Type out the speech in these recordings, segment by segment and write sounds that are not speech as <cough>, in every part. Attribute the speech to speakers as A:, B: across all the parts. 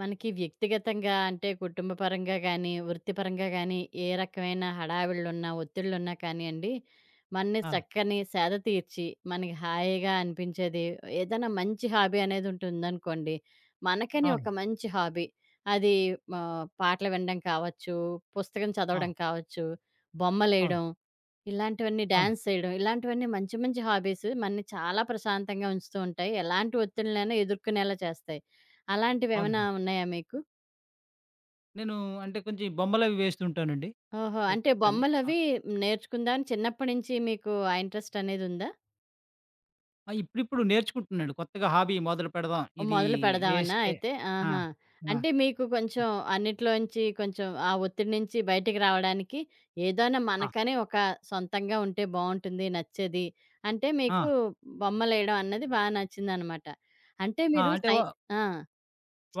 A: మనకి వ్యక్తిగతంగా అంటే కుటుంబపరంగా గానీ, వృత్తిపరంగా గానీ, ఏ రకమైన హడావిడులున్నా, ఒత్తిడులున్నా కానియండి, మనని
B: ఆ!
A: చక్కని సేద తీర్చి, మనకి హాయిగా అనిపించేది ఏదైనా మంచి హాబీ అనేది ఉంటుందనుకోండి. మనకని ఒక
B: అవును.
A: మంచి హాబీ. అది పాటలు వినడం కావచ్చు, పుస్తకం
B: ఆ!
A: చదవడం కావచ్చు,
B: అవును.
A: బొమ్మలేయడం, ఇలాంటివన్నీ
B: అవును.
A: డాన్స్ చేయడం, ఇలాంటివన్నీ మంచి మంచి హాబీస్ మనని చాలా ప్రశాంతంగా ఉంచుతూ ఉంటాయి. ఎలాంటి ఒత్తిడినైనా ఎదుర్కొనేలా చేస్తాయి. అలాంటివేమైనా
B: అవునండి.
A: ఉన్నాయా మీకు?
B: నేను అంటే కొంచెం బొమ్మలవి వేస్తుంటానండి
A: ఓహో! అంటే
B: ఎక్కువగాను. ఆ!
A: బొమ్మలవి నేర్చుకుందామని చిన్నప్పటి నుంచి మీకు ఆ ఇంట్రెస్ట్ అనేది ఉందా?
B: ఆ! ఇప్పుడిప్పుడు నేర్చుకుంటున్నాను. కొత్తగా హాబీ మొదలు పెడదాం. ఇది
A: మొదలు పెడదామనా
B: వేస్తే
A: అయితే?
B: ఆ!
A: ఆహా!
B: ఆ!
A: అంటే మీకు కొంచెం అన్నిట్లోంచి కొంచెం ఆ ఒత్తిడి నుంచి బయటికి రావడానికి ఏదైనా
B: ఆ!
A: మనకని ఒక సొంతంగా ఉంటే బావుంటుంది, నచ్చేది. అంటే
B: ఆ!
A: మీకు బొమ్మలేయడం అన్నది బా నచ్చిందనమాట. అంటే
B: ఆ!
A: మీరు
B: అంటే
A: సై ఆ!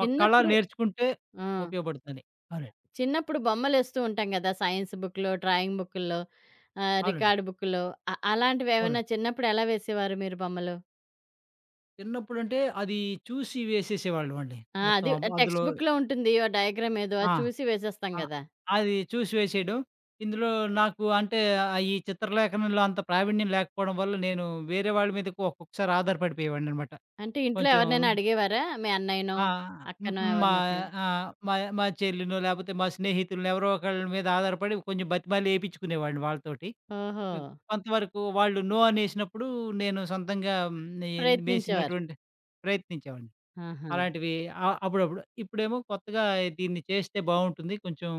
B: ఒక కళ నేర్చుకుంటే
A: ఆ!
B: ఉపయోగపడుతుందని. అవునండి.
A: చిన్నప్పుడు బొమ్మలేస్తూ ఉంటాం గదా! సైన్స్ బుక్‌లో, డ్రాయింగ్ బుక్కుల్లో,
B: అవునండి.
A: రికార్డ్ బుక్కులో అలాంటివేవన్నా
B: అవునండి.
A: చిన్నప్పుడు ఎలా వేసేవారు మీరు బొమ్మలు?
B: చిన్నప్పుడంటే అది చూసి వేసేసేవాళ్ళమండి.
A: ఆ!
B: మొత్తం
A: అది టెక్స్ట్
B: అందులో
A: బుక్‌లో ఉంటుంది. ఓ డయాగ్రామ్ ఏదో
B: ఆ!
A: అది చూసి వేసేస్తాం
B: ఆ!
A: గదా!
B: అది చూసి వేసేయడం. ఇందులో నాకు అంటే ఈ చిత్రలేఖనంలో అంత ప్రావీణ్యం లేకపోవడం వల్ల నేను వేరే వాళ్ళ మీద ఒక్కొక్కసారి ఆధారపడిపోయేవాడిననమాట.
A: అంటే ఇంట్లో
B: కొంచెం
A: ఎవరినైనా అడిగేవారా? మీ అన్నయ్యనో,
B: ఆ! హ్మ్.
A: అక్కనో
B: హ్మ్. మా
A: ఎవరినో ఒకళ్ళని?
B: మా మా చెల్లినో లేపోతే మా స్నేహితులనో ఎవరో ఒకళ్ళ మీద ఆధారపడి కొంచెం బతిమాలి ఏపిచ్చుకునేవాడిని వాళ్ళతోటి.
A: ఓహో!
B: హ్మ్. కొంతవరకు వాళ్ళు నో అనేసినప్పుడు నేను సొంతంగా హ్మ్, నే
A: ప్రయత్నించేవారు.
B: వేసినటువంటి ప్రయత్నించేవాడిని.
A: ఆహా!
B: అలాంటివి ఆ! అప్పుడప్పుడు. ఇప్పుడేమో కొత్తగా దీన్ని చేస్తే బావుంటుంది. కొంచెం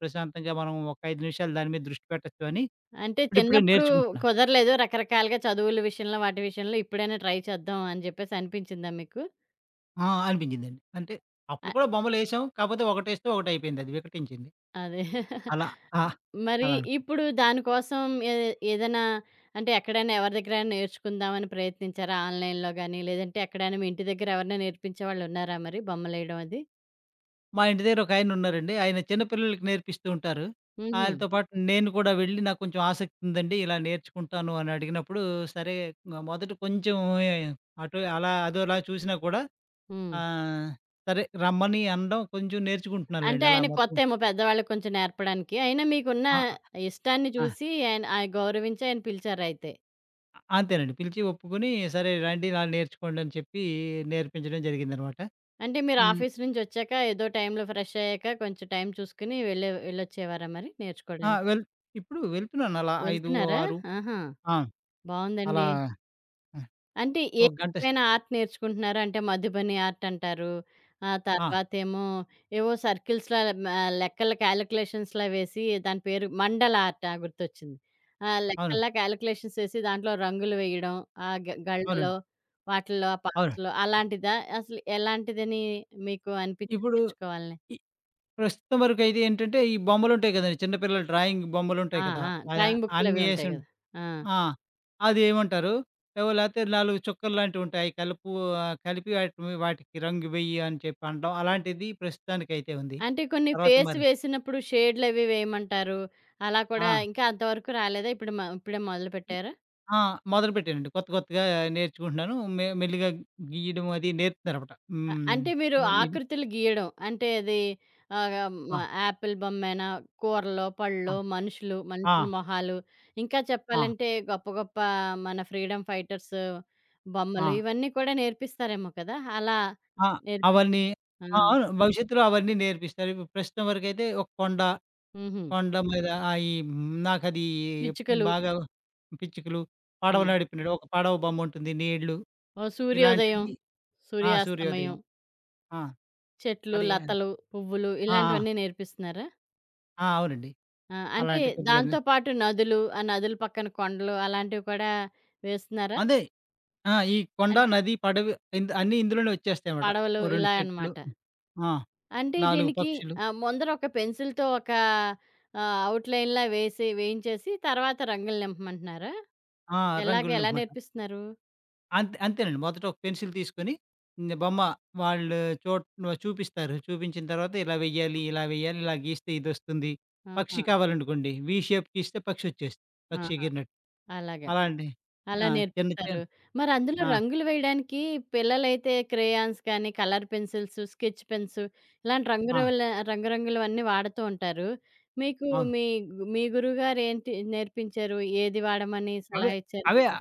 B: ప్రశాంతంగా మనం ఒక 5 నిమిషాలు దాని మీద దృష్టి పెట్టొచ్చు అని
A: అంటే
B: ఇప్పుడిప్పుడే
A: చిన్నప్పుడు
B: నేర్చుకుంటున్నాను.
A: కుదరలేదు రకరకాలుగా చదువుల విషయంలో, వాటి విషయంలో ఇప్పుడైనా ట్రై చేద్దాం అని జెప్పేసి అనిపించిందా మీకు?
B: ఆ! అనిపించిందండి. అంటే
A: అ
B: అప్పుడు కూడా బొమ్మలేసాం. కాపోతే ఒకటేస్తే ఒకటయిపోయింది. అది వికటించింది.
A: అదే. <laughs>
B: అలా ఆ!
A: మరి
B: అలా అనుకున్నా.
A: ఇప్పుడు దానికోసం ఏ ఏదైనా అంటే ఎక్కడైనా ఎవరి దగ్గరైనా నేర్చుకుందామని ప్రయత్నించారా? ఆన్‌లైన్‌లో గాని, లేదంటే ఎక్కడైనా మీ ఇంటి దగ్గర ఎవరైనా నేర్పించేవాళ్ళున్నారా మరి బొమ్మలేయడం అది?
B: మా ఇంటి దగ్గర ఒకాయనున్నారండి. ఆయన చిన్న పిల్లలకి నేర్పిస్తూ ఉంటారు.
A: హుహు.
B: ఆయనతో పాటు నేను కూడా వెళ్ళి నాకు కొంచెం ఆసక్తి ఉందండి. ఇలా నేర్చుకుంటాను అని అడిగినప్పుడు సరే, మొదట కొంచెం అటు అలా అదోలా చూసినా కూడా
A: హ్మ్.
B: ఆ! సరే రమ్మని అనడం కొంచెం
A: అంటే
B: నేర్చుకుంటున్నానులెండి. అలా
A: ఆయన
B: మొత్తం
A: కొత్తేమో పెద్దవాళ్ళకి కొంచెం నేర్పడానికి. అయినా మీకున్న
B: ఆ!
A: ఇష్టాన్ని
B: ఆ!
A: చూసి ఆయన ఆయ గౌరవించి ఆయన పిలిచారయితే.
B: అంతేనండి. పిలిచి ఒప్పుకొని సరే రండి ఇలా నేర్చుకోండి అని చెప్పి నేర్పించడం జరిగిందనమాట.
A: అంటే మీరు
B: హ్మ్.
A: ఆఫీస్ నుంచొచ్చాక ఏదో టైంలో ఫ్రెష్ అయ్యాక కొంచెం టైం చూసుకొని వెళ్ళొచ్చేవారా మరి
B: ఆ!
A: నేర్చుకోడానికి?
B: ఇప్పుడు వెళ్తున్నాను అలా 5,
A: వెళ్తున్నారా?
B: 6
A: ఆహా!
B: ఆ! అలా
A: బావుందండి.
B: ఆహ్,
A: అంటే ఏ
B: ఒక గంట
A: రకమైన ఆర్ట్ నేర్చుకుంటున్నారు? అంటే మధుబని ఆర్ట్ అంటారు. ఆ
B: ఆ!
A: తర్వాతేమో ఏవో సర్కిల్స్‌లా లెక్కల క్యాలిక్యులేషన్స్‌లా వేసి దాని పేరు మండల ఆర్ట్ ఆ! గుర్తొచ్చింది. ఆ!
B: అవును.
A: లెక్కల్లా క్యాలిక్యులేషన్స్ ఏసి దాంట్లో రంగులు వేయడం. ఆ గళ్ళలో
B: అవునండి.
A: వాటిల్లో ఆ
B: అవును.
A: పార్ట్స్‌లో అలాంటిదా? అసలు ఎలాంటిదని మీకు అనిపించింది
B: ఇప్పుడు
A: నేర్చుకోవాలని?
B: ఇ ప్రస్తుతం వరకైతే ఏంటంటే, ఈ బొమ్మలుంటాయి కదండీ. చిన్నపిల్లల డ్రాయింగ్ బొమ్మలుంటాయి
A: ఆ!
B: కదా!
A: ఆ!
B: ఆహ్,
A: డ్రాయింగ్ బుక్‌లవి
B: అన్నీ
A: ఉంటాయి గదా! ఆ!
B: ఆ! అదేమంటారు? ఏవో లేతే 4 చుక్కల్లాంటివుంటాయి. కలిపి వాటిని వాటికి రంగు వెయ్యి అని చెప్పి అనడం. అలాంటిది ప్రస్తుతానికైతే ఉంది.
A: అంటే కొన్ని
B: తర్వాత
A: ఫేస్
B: మరి
A: వేసినప్పుడు షేడ్‌లవి వేయమంటారు. అలా కూడా
B: ఆ!
A: ఇంకా అంతవరకు రాలేదా? ఇప్పుడు మ ఇప్పుడే
B: ఇ
A: మొదలుపెట్టారా?
B: ఆ! మొదలుపెట్టానండి. కొత్త కొత్తగా నేర్చుకుంటున్నాను. మెల్లిగా గీయడం అది నేర్పుతున్నారనమాట. హ్మ్.
A: అంటే మీరు
B: ఇది
A: ఆకృతులు గీయడం. అంటే అది ఆహ్, మ
B: ఆ!
A: యాపిల్ బొమ్మేనా? కూరలో, పళ్ళో,
B: ఆ!
A: మనుషులు, మనుషుల
B: ఆ!
A: మొహాలు, ఇంకా
B: ఆ!
A: చెప్పాలంటే గొప్ప గొప్ప మన ఫ్రీడమ్ ఫైటర్స్ బొమ్మలు
B: ఆ!
A: ఇవన్నీ కూడా నేర్పిస్తారేమో కదా! అలా
B: ఆ!
A: నేర్పిస్తా
B: అవన్నీ
A: ఆ!
B: ఆ! అవును. భవిష్యత్తులో అవన్నీ నేర్పిస్తారు. ఇప్పుడు ప్రస్తుతం వరకైతే ఒక కొండ
A: హుహు.
B: కొండ మీద ఆ! ఈ నాకది
A: పిచ్చుకలు.
B: బాగా పిచ్చుకలు, పడవ
A: హ్మ్.
B: నడిపినడు. ఒక పడవ బొమ్ముంటుంది. నీళ్లు
A: ఓ సూర్యోదయం,
B: ఇలాంటిది ఆ!
A: సూర్యాస్తమయం.
B: సూర్యోదయం. ఆ!
A: చెట్లు,
B: అది ఆ!
A: లతలు, పువ్వులు
B: ఆ!
A: ఇలాంటివన్నీ నేర్పిస్తున్నారా?
B: ఆ! అవునండి.
A: ఆ! అంటే
B: అలాంటి కొద్దిగానే
A: దాంతో పాటు నదులు, ఆ నదుల పక్కన కొండలు అలాంటివి కూడా వేస్తున్నారా?
B: అదే. ఆ! ఈ కొండ,
A: అంటే
B: నది, పడవ అన్నీ ఇందులోనే వచ్చేస్తాయన్నమాట.
A: పడవలు
B: ఓ 2
A: ఇలా
B: చెట్లు.
A: అనమాట.
B: ఆ!
A: అంటే
B: 4
A: దీనికి
B: పక్షులు.
A: ముందర ఒక పెన్సిల్‌తో ఒక అవుట్‌లైన్‌లా వేసి వేయించేసి తర్వాత రంగులు నింపమంటున్నారా?
B: ఆ! రంగులు
A: ఎలా
B: నింపమాట.
A: నేర్పిస్తున్నారు?
B: అంతేనండి. మొదట ఒక పెన్సిల్ తీసుకొని హ్మ్. బొమ్మ వాళ్ళు చోట్ చూపిస్తారు. చూపించిన తర్వాత ఇలా వెయ్యాలి, ఇలా వెయ్యాలి, ఇలా గీస్తే ఇదొస్తుంది.
A: ఆహా!
B: పక్షి కావాలనుకోండి వి షేప్ గీస్తే పక్షి వచ్చేస్తుంది. పక్షి
A: ఆహా!
B: ఎగిరినట్టు.
A: అలాగా.
B: అలా అండి.
A: అలా
B: ఆ! చిన్న
A: నేర్పిస్తారు.
B: చిన్న
A: మరి అందులో
B: ఆ!
A: రంగులు వేయడానికి పిల్లలైతే క్రేయాన్స్ కానీ, కలర్ పెన్సిల్స్, స్కెచ్ పెన్స్ ఇలాంటి
B: ఆ!
A: రంగురవల రంగురంగులవన్నీ వాడుతూ ఉంటారు. మీకు
B: అవును.
A: మీ మీ గురువుగారు ఏంటి నేర్పించారు? ఏది వాడమని
B: అవే
A: సలహా ఇచ్చారు
B: అవే
A: మీకు?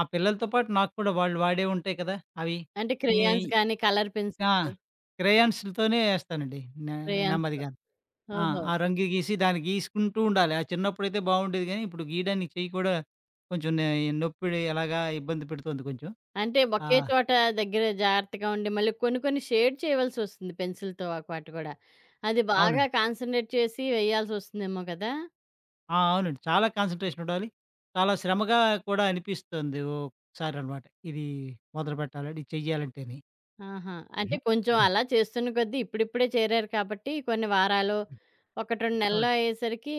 B: ఆ పిల్లలతో పాటు నాకు కూడా వాళ్ళు వాడేవి ఉంటాయి కదా! అవి.
A: అంటే
B: ఈ
A: క్రేయాన్స్ గానీ, కలర్
B: ఆ!
A: పెన్సిల్స్,
B: క్రేయాన్స్‌లతోనే ఏస్తానండి. నె
A: క్రేయాన్స్.
B: నెమ్మదిగా. ఆ!
A: ఓహో!
B: ఆ రంగు గీసి దాన్ని గీసుకుంటూ ఉండాలి. ఆ చిన్నప్పుడైతే బావుండేది గానీ, ఇప్పుడు గీయడానికి చెయ్యి కూడా కొంచెం నొప్పిడి ఎలాగా ఇబ్బంది పెడుతోంది కొంచెం.
A: అంటే
B: ఆ!
A: ఒకే చోట దగ్గర జాగ్రత్తగా ఉండి, మళ్ళీ కొన్ని కొన్ని షేడ్ చేయవలసొస్తుంది పెన్సిల్‌తో ఒక పాటు గూడా. అది బాగా
B: అవునండి.
A: కాన్సంట్రేట్ చేసి వేయాల్సొస్తుందేమో కదా!
B: ఆ! అవునండి. చాలా కాన్సంట్రేషన్ ఉండాలి. చాలా శ్రమగా కూడా అనిపిస్తుంది ఒక్కొక్కసారనమాట. ఇది మొదలుపెట్టాలని, ఇది చెయ్యాలంటేని.
A: ఆహా! అంటే
B: హ్మ్.
A: కొంచెం
B: హ్మ్.
A: అలా చేస్తున్న కొద్దీ ఇప్పుడిప్పుడే చేరారు కాబట్టి కొన్ని వారాలు,
B: హ్మ్.
A: 1, 2 నెలలు
B: అవును.
A: అయ్యేసరికి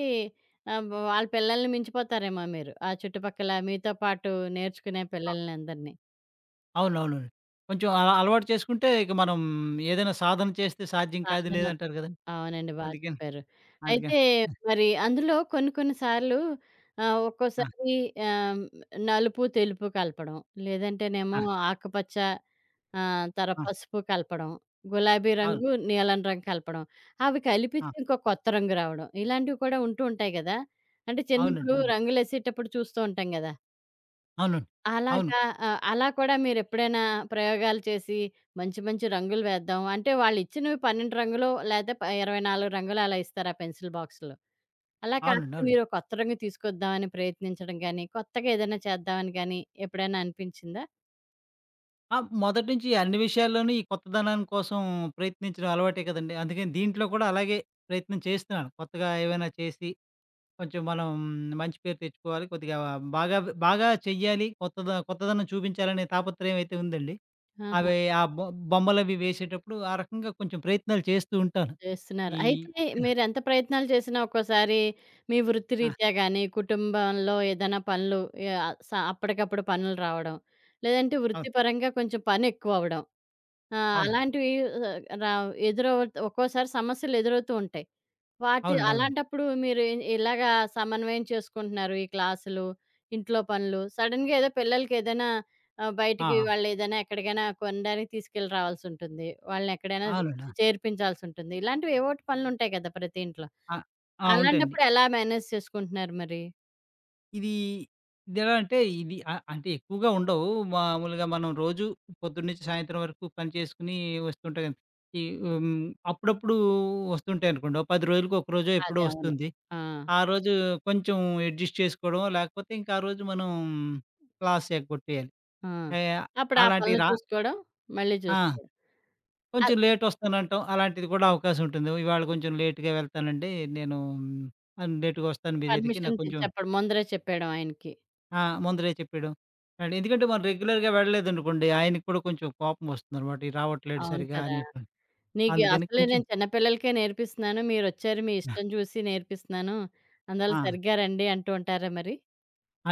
A: ఆహ్, వ వాళ్ళ పిల్లల్ని మించిపోతారేమో మీరు. ఆ చుట్టుపక్కల మీతో పాటు నేర్చుకునే
B: అ
A: పిల్లల్నందరిని.
B: అవునవునండి. కొంచెం అలా అలవాటు చేసుకుంటే ఇక మనం ఏదైనా సాధన చేస్తే సాధ్యం కాదు
A: సాధన
B: లేదంటారు గదండీ.
A: అవునండి. బా
B: అందుకని
A: చెప్పారు.
B: అందుకని.
A: అయితే మరి అందులో కొన్ని కొన్ని సార్లు
B: ఆ!
A: ఒక్కోసారి ఆహ్, నలుపు, తెలుపు కలపడం. లేదంటేనేమో
B: ఆ!
A: ఆకుపచ్చ ఆహ్, తర
B: ఆ!
A: పసుపు కలపడం. గులాబీ
B: అవును.
A: రంగు, నీలం రంగు కలపడం. అవి
B: ఆ!
A: కలిపితే ఇంకో కొత్త రంగు రావడం. ఇలాంటివి కూడా ఉంటూ ఉంటాయి గదా! అంటే చిన్నప్పుడు
B: అవునండి. అవును.
A: రంగులేసేటప్పుడు చూస్తూ ఉంటాం గదా!
B: అవునండి. అవును.
A: అలాగా. అలా కూడా మీరెప్పుడైనా ప్రయోగాలు చేసి, మంచి మంచి రంగులు వేద్దాం అంటే, వాళ్ళిచ్చినవి 12 రంగులు లేతే ప 24 రంగులు అలా ఇస్తారు ఆ పెన్సిల్ బాక్స్‌లో. అలా
B: అవునండి.
A: కాకుండా
B: అవును.
A: మీరో కొత్త రంగు తీసుకొద్దామని ప్రయత్నించడం గానీ, కొత్తగా ఏదైనా చేద్దామని గానీ ఎప్పుడైనా అనిపించిందా?
B: ఆ! మొదటి నుంచి అన్ని విషయాల్లోనూ ఈ కొత్తదనం కోసం ప్రయత్నించడం అలవాటే కదండీ. అందుకని దీంట్లో కూడా అలాగే ప్రయత్నం చేస్తున్నాను. కొత్తగా ఏవైనా చేసి కొంచెం మనం మంచి పేరు తెచ్చుకోవాలి. కొద్దిగా బాగా బాగా చెయ్యాలి. కొత్తదనం చూపించాలనే తాపత్రయం అయితే ఉందండి.
A: ఆహా!
B: అవి ఆ బొ బొమ్మలవి వేసేటప్పుడు ఆ రకంగా కొంచెం ప్రయత్నాలు చేస్తూ ఉంటాను.
A: చేస్తున్నారు.
B: ఈ
A: అయితే మీరెంత ప్రయత్నాలు చేసినా ఒక్కోసారి మీ
B: ఆ!
A: వృత్తిరీత్యా గానీ, కుటుంబంలో ఏదైనా పనులు యాహ్, స అప్పటికప్పుడు పనులు రావడం, లేదంటే
B: అవును.
A: వృత్తిపరంగా కొంచెం పనెక్కువవ్వడం ఆ!
B: అవునండి.
A: అలాంటివి ఆ, రా ఎదురవు ఒక్కోసారి సమస్యలు ఎదురవుతూ ఉంటాయి.
B: అవునండి. అవునండి.
A: అలాంటప్పుడు మీరు ఇలాగా సమన్వయం చేసుకుంటున్నారు. ఈ క్లాసులు, ఇంట్లో పనులు సడెన్‌గా ఏదో పిల్లలకి ఏదైనా
B: ఆ!
A: బయటికి వాళ్ళు ఏదైనా ఎక్కడికైనా కొనడానికి తీసుకెళ్ళి రావాల్సుంటుంది. వాళ్ళని ఎక్కడైనా
B: ఆ! అవునండి.
A: చేర్పించాల్సుంటుంది. ఇలాంటివి ఏవోటి పనులుంటాయి కదా! ప్రతి ఇంట్లో.
B: ఆ! ఆ! ఉంటాయండి.
A: అలాంటప్పుడు ఎలా మేనేజ్ చేసుకుంటున్నారు మరి?
B: ఇది ఇదెలా అంటే ఇది అ అంటే ఎక్కువగా ఉండవు. మామూలుగా మనం రోజు పొద్దున్నుంచి సాయంత్రం వరకు పని చేసుకొని వస్తుంటాం కదా! ఈ హ్మ్. అప్పుడప్పుడు వస్తుంటాయనుకోండి. ఓ 10 రోజులకి ఒక రోజో ఎప్పుడో
A: అదే. అవును.
B: వస్తుంది.
A: ఆ!
B: ఆ రోజు కొంచెం అడ్జస్ట్ చేసుకోవడమో, లేకపోతే ఇంకా ఆ రోజు మనం క్లాస్ ఎగ్గొట్టేయాలి.
A: ఆ!
B: ఆహ్,
A: అప్పుడు ఆ
B: అలాంటివి
A: పనులు
B: రా
A: చూసుకోవడం, మళ్ళీ
B: ఆ!
A: చూసుకోవడం.
B: కొంచెం లేటొస్తానంటాం. అలాంటిది కూడా అవకాశం ఉంటుంది. ఇవాళ కొంచెం లేట్‌గా వెళ్తానండి. నేను లేట్‌గా వస్తాను మీ దగ్గరికి
A: పర్మిషన్
B: నాకు
A: తె
B: కొంచెం
A: చెప్పడం. ముందరే చెప్పేయడం ఆయనకి.
B: ఆ! ముందలే చెప్పేయడం. అండ్ ఎందుకంటే మనం రెగ్యులర్‌గా వెళ్ళలేదనుకోండి, ఆయనకి కూడా కొంచెం కోపం వస్తుందనమాట. "ఈడు రావట్లేడు
A: అవును
B: సరిగ్గా"
A: కదా!
B: అనేటువంటి.
A: నీకు
B: అందుకని
A: అసలే
B: కొంచెం
A: నేను చిన్న పిల్లలకే నేర్పిస్తున్నాను. మీరొచ్చారు మీ ఇష్టం చూసి నేర్పిస్తున్నాను. అందువల్ల
B: ఆ!
A: సరిగ్గా రండి అంటూ ఉంటారా మరి?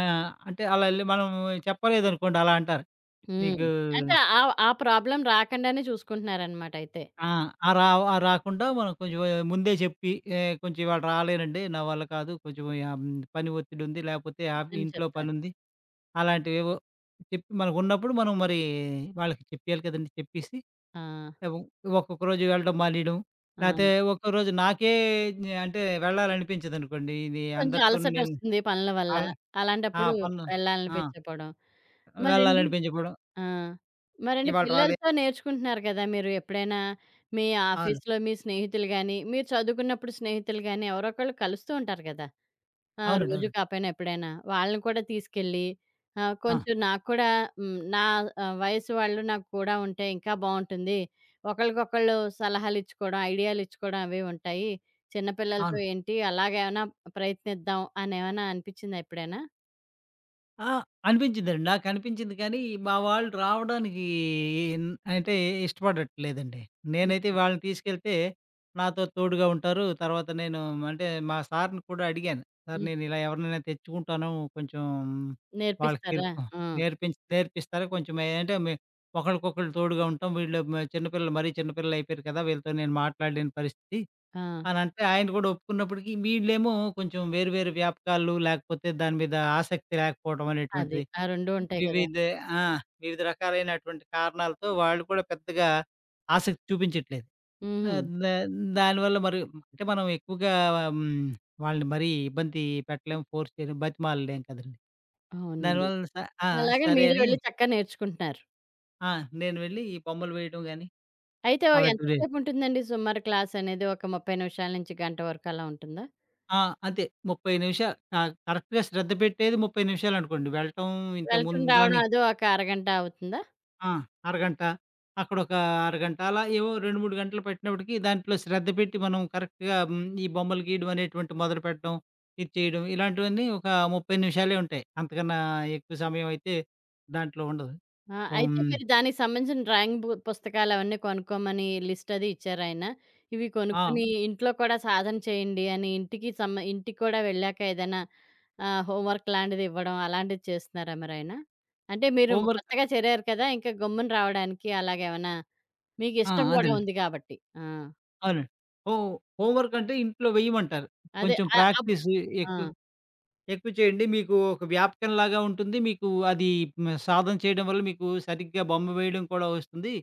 B: ఆ! అంటే అలా ఎళ్లి మనం చెప్పలేదనుకోండి అలా అంటారు.
A: హ్మ్.
B: "మీకు
A: అంటే ఆ ఆ ప్రాబ్లమ్ రాకుండానే చూసుకుంటున్నారనమాట అయితే.
B: ఆ! ఆ! ఆ! రాకుండా మనం కొంచెం ముందే చెప్పి, ఏ కొంచెం ఇవాళ రాలేనండి, నా వల్ల కాదు. కొంచెం ఆహ్, పని ఒత్తిడి ఉంది. లేకపోతే ఆఫ్
A: అని
B: ఇంట్లో
A: చెప్తారు.
B: పనుంది." అలాంటివేవో చెప్పి మనకున్నప్పుడు మనం మరి వాళ్ళకి చెప్పేయాలి కదండీ! చెప్పేసి
A: ఆ!
B: ఏవం ఒక్కొక్క రోజు వెళ్ళడం మానేయడం.
A: ఆ!
B: లేతే ఒక్కో రోజు నాకే అంటే వెళ్ళాలనిపించదనుకోండి. ఇది
A: కొంచెం
B: అందరితోను నేను
A: అలసటొస్తుంది పనుల వల్ల.
B: ఆళ్ళ ఆ!
A: అలాంటప్పుడు
B: పనులు ఆ!
A: వెళ్ళాలనిపించకపోవడం. మరండి
B: వెళ్ళాలనిపించకపోవడం.
A: ఆ! మరండి
B: ఇవాళ రాలే
A: పిల్లలతో నేర్చుకుంటున్నారు కదా! మీరు ఎప్పుడైనా మీ
B: అవును.
A: ఆఫీస్‌లో మీ స్నేహితులు గాని, మీరు చదువుకున్నప్పుడు స్నేహితులు గాని ఎవరో ఒకళ్ళు కలుస్తూ ఉంటారు కదా!
B: అవునండి.
A: రోజు
B: అవునండి.
A: కాపోయినా ఎప్పుడైనా. వాళ్ళని కూడా తీసుకెళ్ళి
B: ఆ!
A: కొంచెం నాకు కూడా హ్మ్, నా వయసు వాళ్ళు నాకు కూడా ఉంటే ఇంకా బావుంటుంది. ఒకళ్ళకొకళ్ళు సలహాలు ఇచ్చుకోవడం, ఐడియాలు ఇచ్చుకోవడం అవి ఉంటాయి. చిన్న పిల్లలతో
B: అవును.
A: ఏంటి అలాగేమైనా ప్రయత్నిద్దాం అనేమైనా అనిపించిందా ఎప్పుడైనా?
B: ఆ! అనిపించిందండి. నాకనిపించింది కానీ, మా వాళ్ళు రావడానికి ఇన్ అంటే ఇష్టపడట్లేదండి. నేనైతే
A: హ్మ్.
B: వాళ్ళని తీసుకెళ్తే నాతో తోడుగా ఉంటారు. తర్వాత నేను అంటే మా సార్‌ని కూడా అడిగాను. సార్
A: హ్మ్.
B: నేను ఇలా ఎవరినైనా తెచ్చుకుంటాను. కొంచెం వాళ్ళకి మీరు
A: నేర్పిస్తారా? ఆ!
B: నేర్పిస్తారా? కొంచెం ఏంటే మే ఒకళ్ళకొకళ్ళు తోడుగా ఉంటాం. వీళ్ళు చిన్నపిల్లలు మరీ చిన్నపిల్లలు అయిపోయారు కదా! వీళ్ళతో నేను మాట్లాడలేని పరిస్థితి.
A: ఆ!
B: అనంటే ఆయన గూడా ఒప్పుకున్నప్పటికి వీళ్ళేమో కొంచెం వేరు వేరు వ్యాపకాలు, లేకపోతే దాని మీద ఆసక్తి లేకపోవడం
A: అది.
B: అనేటువంటిది.
A: ఆ 2
B: హ్మ్.
A: ఉంటాయి కదా!
B: ఆ! వివిధ రకాలైనటువంటి కారణాలతో వాళ్ళు కూడా పెద్దగా ఆసక్తి చూపించట్లేదు.
A: హుహు.
B: ఆహ్, దా దానివల్ల మరి అంటే మనం ఎక్కువగా హ్మ్, వాళ్ళని మరీ ఇబ్బంది పెట్టలేం, ఫోర్స్ చేయలేం, బతిమాలలేం కదండీ.
A: అవునండి.
B: దానివల్ల ఆ!
A: అలాగని
B: సరే
A: మీరే
B: అని
A: వెళ్లి చక్కగా నేర్చుకుంటున్నారు.
B: ఆ! నేను వెళ్ళి ఈ బొమ్మలు వేయడం గాని
A: అయితే ఓ
B: అలాంటివి జే
A: ఎంతసేపు ఉంటుందండి సుమారు క్లాస్ అనేది? ఒక 30 నిమిషాల నుంచి గంట వరకు అలా ఉంటుందా?
B: ఆ! అంతే. 30 నిమిషాలు కరెక్ట్‌గా శ్రద్ధ పెట్టేది 30 నిమిషాలనుకోండి. వెళ్ళటం
A: వెళ్ళటం,
B: ఇంతకుముందు
A: రావడం
B: దాని
A: అదో ఒక అరగంట అవుతుందా?
B: ఆ! అరగంట. అక్కడొక అరగంట. అలా ఏవో 2, 3 గంటలు పట్టినప్పటికి దాంట్లో శ్రద్ధ పెట్టి మనం కరెక్ట్‌గా హ్మ్, ఈ బొమ్మలు గీయడం అనేటువంటి మొదలుపెట్టడం, ఇది చేయడం ఇలాంటివన్నీ ఒక 30 నిమిషాలే ఉంటాయి. అంతకన్నా ఎక్కువ సమయం అయితే దాంట్లో ఉండదు.
A: ఆ! అయితే
B: హ్మ్.
A: మీరు దానికి సంబంధించిన డ్రాయింగ్ బు పుస్తకాలు అవన్నీ కొనుక్కోమని లిస్ట్ అది ఇచ్చారా ఆయన? ఇవి
B: ఆ!
A: కొనుక్కొని ఇంట్లో కూడా సాధన చేయండి అని ఇంటికి కూడా వెళ్ళాక ఏదైనా హోంవర్క్ లాంటిది ఇవ్వడం అలాంటిది చేస్తున్నారా మరాయన? అంటే మీరు
B: హోంవర్క్
A: కొత్తగా చేరారు కదా! ఇంకా గమ్మున రావడానికి అలాగేమన్నా
B: ఆ!
A: మీకిష్టం గూడా
B: అదేనండి.
A: ఉంది గాబట్టి. ఆ!
B: అవునండి. హో హోంవర్క్ అంటే ఇంట్లో వేయమంటారు.
A: అదే
B: కొంచెం
A: ఆహ్, అబ్
B: ప్రాక్టీస్
A: ఆ!
B: ఎక్కువ ఎక్కువ చేయండి. మీకు ఒక వ్యాపకంలాగా ఉంటుంది. మీకు అది సాధన చేయడం వల్ల మీకు సరిగ్గా బొమ్మ వేయడం కూడా వస్తుంది.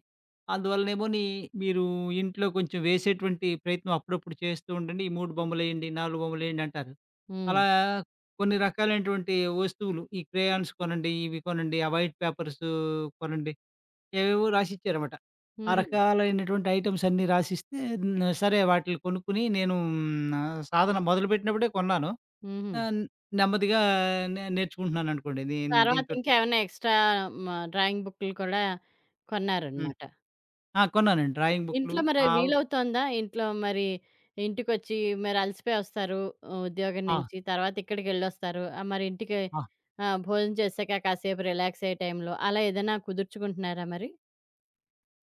B: అందువల్లనేమోని మీరు ఇంట్లో కొంచెం వేసేటువంటి ప్రయత్నం అప్పుడప్పుడు చేస్తూ ఉండండి. ఈ 3 బొమ్మలేయండి, 4 బొమ్మలేయండి అంటారు.
A: హ్మ్.
B: అలా కొన్ని రకాలైనటువంటి వస్తువులు ఈ క్రేయాన్స్ కొనండి, ఇవి కొనండి, ఆ వైట్ పేపర్సు కొనండి ఏవేవో రాసిచ్చారన్నమాట. ఆ
A: హుహు.
B: రకాలైనటువంటి ఐటెమ్స్ అన్నీ రాసిస్తే హ్మ్. సరే వాటిలిని కొనుక్కొని నేను హ్మ్. నా సాధన మొదలుపెట్టినప్పుడే కొన్నాను.
A: హుహు.
B: ఆ! నెమ్మదిగా నేర్చుకుంటున్నాననుకోండి.
A: తర్వాత
B: దీనితోటి
A: ఇంకేమన్నా ఎక్స్‌ట్రా డ్రాయింగ్ బుక్‌లు కూడా
B: హ్మ్.
A: కొన్నారనమాట.
B: ఆ! కొన్నానండి. డ్రాయింగ్ బుక్‌లు
A: ఇంట్లో మరి
B: ఆవ్
A: వీలవుతోందా? ఇంట్లో మరి ఇంటికొచ్చి మరి అలసిపోయొస్తారు ఉద్యోగం
B: ఆ!
A: నుంచి. తర్వాత ఇక్కడికెళ్ళొస్తారు. ఆహ్, మరి ఇంటికి
B: ఆ!
A: భోజనం చేశాక కాసేపు రిలాక్స్ అయ్యే టైంలో అలా ఏదైనా కుదుర్చుకుంటున్నారా మరి?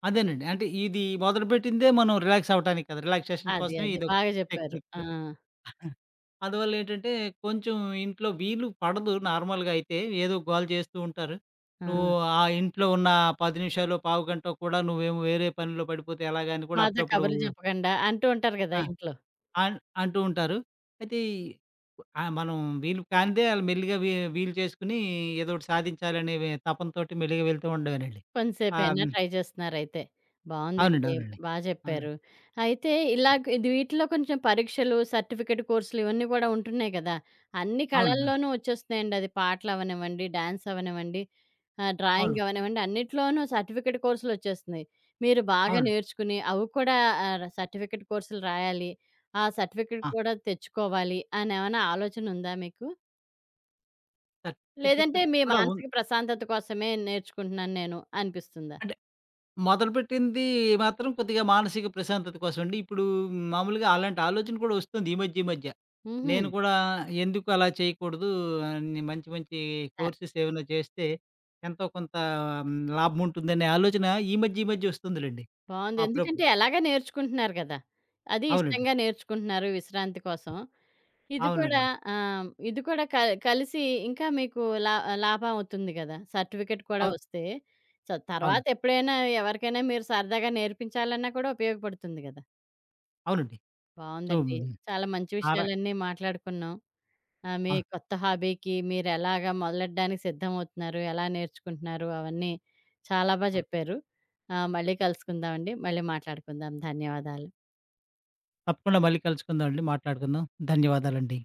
B: అదేనండి. అంటే ఇది మొదలుపెట్టిందే మనం రిలాక్స్ అవ్వటానికి కదా! రిలాక్సేషన్
A: అది.
B: కోసమే
A: అది.
B: ఇదొక
A: బాగా జెప్పారు.
B: టెక్నిక్.
A: ఆ!
B: అందువల్లేంటంటే, కొంచెం ఇంట్లో వీలు పడదు నార్మల్‌గా అయితే. ఏదో గోల చేస్తూ ఉంటారు.
A: ఆ!
B: నువ్వు ఆ ఇంట్లో ఉన్న 10 నిమిషాలో, పావుగంటో కూడా నువ్వేమో వేరే పనిలో పడిపోతే ఎలాగా అని కూడా
A: మాతో
B: అప్పుడప్పుడు
A: కబుర్లు చెప్పకుండా అంటూ ఉంటారు గదా
B: ఆ!
A: ఇంట్లో.
B: అన్ అంటూ ఉంటారు. అయితే మనం వీలు కానిదే ఆళ్ళు మెల్లిగా వీలు చేసుకొని ఏదోకటి సాధించాలనే తపనతోటి మెల్లిగా వెళ్తూ ఉండడమేనండి.
A: కొంతసేపైనా
B: హ్మ్.
A: ట్రై చేస్తున్నారయితే.
B: అవునండి.
A: బావుందండి.
B: అవునండి.
A: బా
B: అవునండి.
A: చెప్పారు. అయితే ఇలాగ ఇది వీటిలో కొంచెం పరీక్షలు, సర్టిఫికేట్ కోర్సులు ఇవన్నీ కూడా ఉంటున్నాయి కదా! అన్ని
B: అవునండి. అవును.
A: కళల్లోనూ వచ్చేస్తున్నాయండి. అది పాటలవ్వనివ్వండి, డాన్స్ అవ్వనివ్వండి,
B: అవును.
A: డ్రాయింగ్ అవ్వనివ్వండి అన్నిట్లోనూ సర్టిఫికేట్ కోర్సులొచ్చేస్తున్నాయి. మీరు బాగా
B: అవును.
A: నేర్చుకుని అవి కూడా సర్టిఫికేట్ కోర్సులు రాయాలి. ఆ సర్టిఫికేట్
B: ఆ!
A: కూడా తెచ్చుకోవాలి అనేమన్నా ఆలోచనుందా మీకు? లేదంటే
B: సర్టిఫికేట్
A: మీ
B: కూడా ఉంది.
A: మానసిక ప్రశాంతత కోసమే నేర్చుకుంటున్నాను నేను అనిపిస్తుందా?
B: అంటే మొదలుపెట్టింది మాత్రం కొద్దిగా మానసిక ప్రశాంతత కోసం అండి. ఇప్పుడు మామూలుగా అలాంటి ఆలోచన కూడా వస్తుంది ఈ మధ్య, ఈ మధ్య.
A: హుహు.
B: నేను కూడా ఎందుకు అలా చేయకూడదు అన్ని మంచి, మంచి
A: ఆ!
B: కోర్సెస్ ఏమైనా చేస్తే ఎంతో కొంత హ్మ్, లాభం ఉంటుందనే ఆలోచన ఈ మధ్య, ఈ మధ్య వస్తుందిలెండి.
A: బావుంది. ఎందుకంటే
B: అప్పుడప్పుడు.
A: ఎలాగా నేర్చుకుంటున్నారు గదా! అది
B: అవునండి.
A: ఇష్టంగా నేర్చుకుంటున్నారు విశ్రాంతి కోసం. ఇది
B: అవునండి.
A: కూడా
B: అవును.
A: ఇది కూడా కలిసి ఇంకా మీకు లా లాభం అవుతుంది గదా! సర్టిఫికేట్ కూడా
B: అవును.
A: వస్తే. సో,
B: అవును.
A: తర్వాత ఎప్పుడైనా ఎవరికైనా మీరు సరదాగా నేర్పించాలన్నా కూడా ఉపయోగపడుతుంది గదా!
B: అవునండి. సో,
A: బావుందండి.
B: మ్,
A: చాలా మంచి
B: ఆ ర
A: విషయాలన్నీ మాట్లాడుకున్నాం. ఆ! మీ
B: అవును.
A: కొత్త హాబీకి మీరెలాగా మొదలెట్టడానికి సిద్ధమవుతున్నారు? ఎలా నేర్చుకుంటున్నారు? అవన్నీ చాలా బా
B: అవును.
A: చెప్పారు. మళ్ళీ కలుసుకుందామండి. మళ్ళీ మాట్లాడుకుందాం. ధన్యవాదాలు.
B: తప్పకుండా మళ్ళీ కలుసుకుందాం అండి. మాట్లాడుకుందాం. ధన్యవాదాలండి.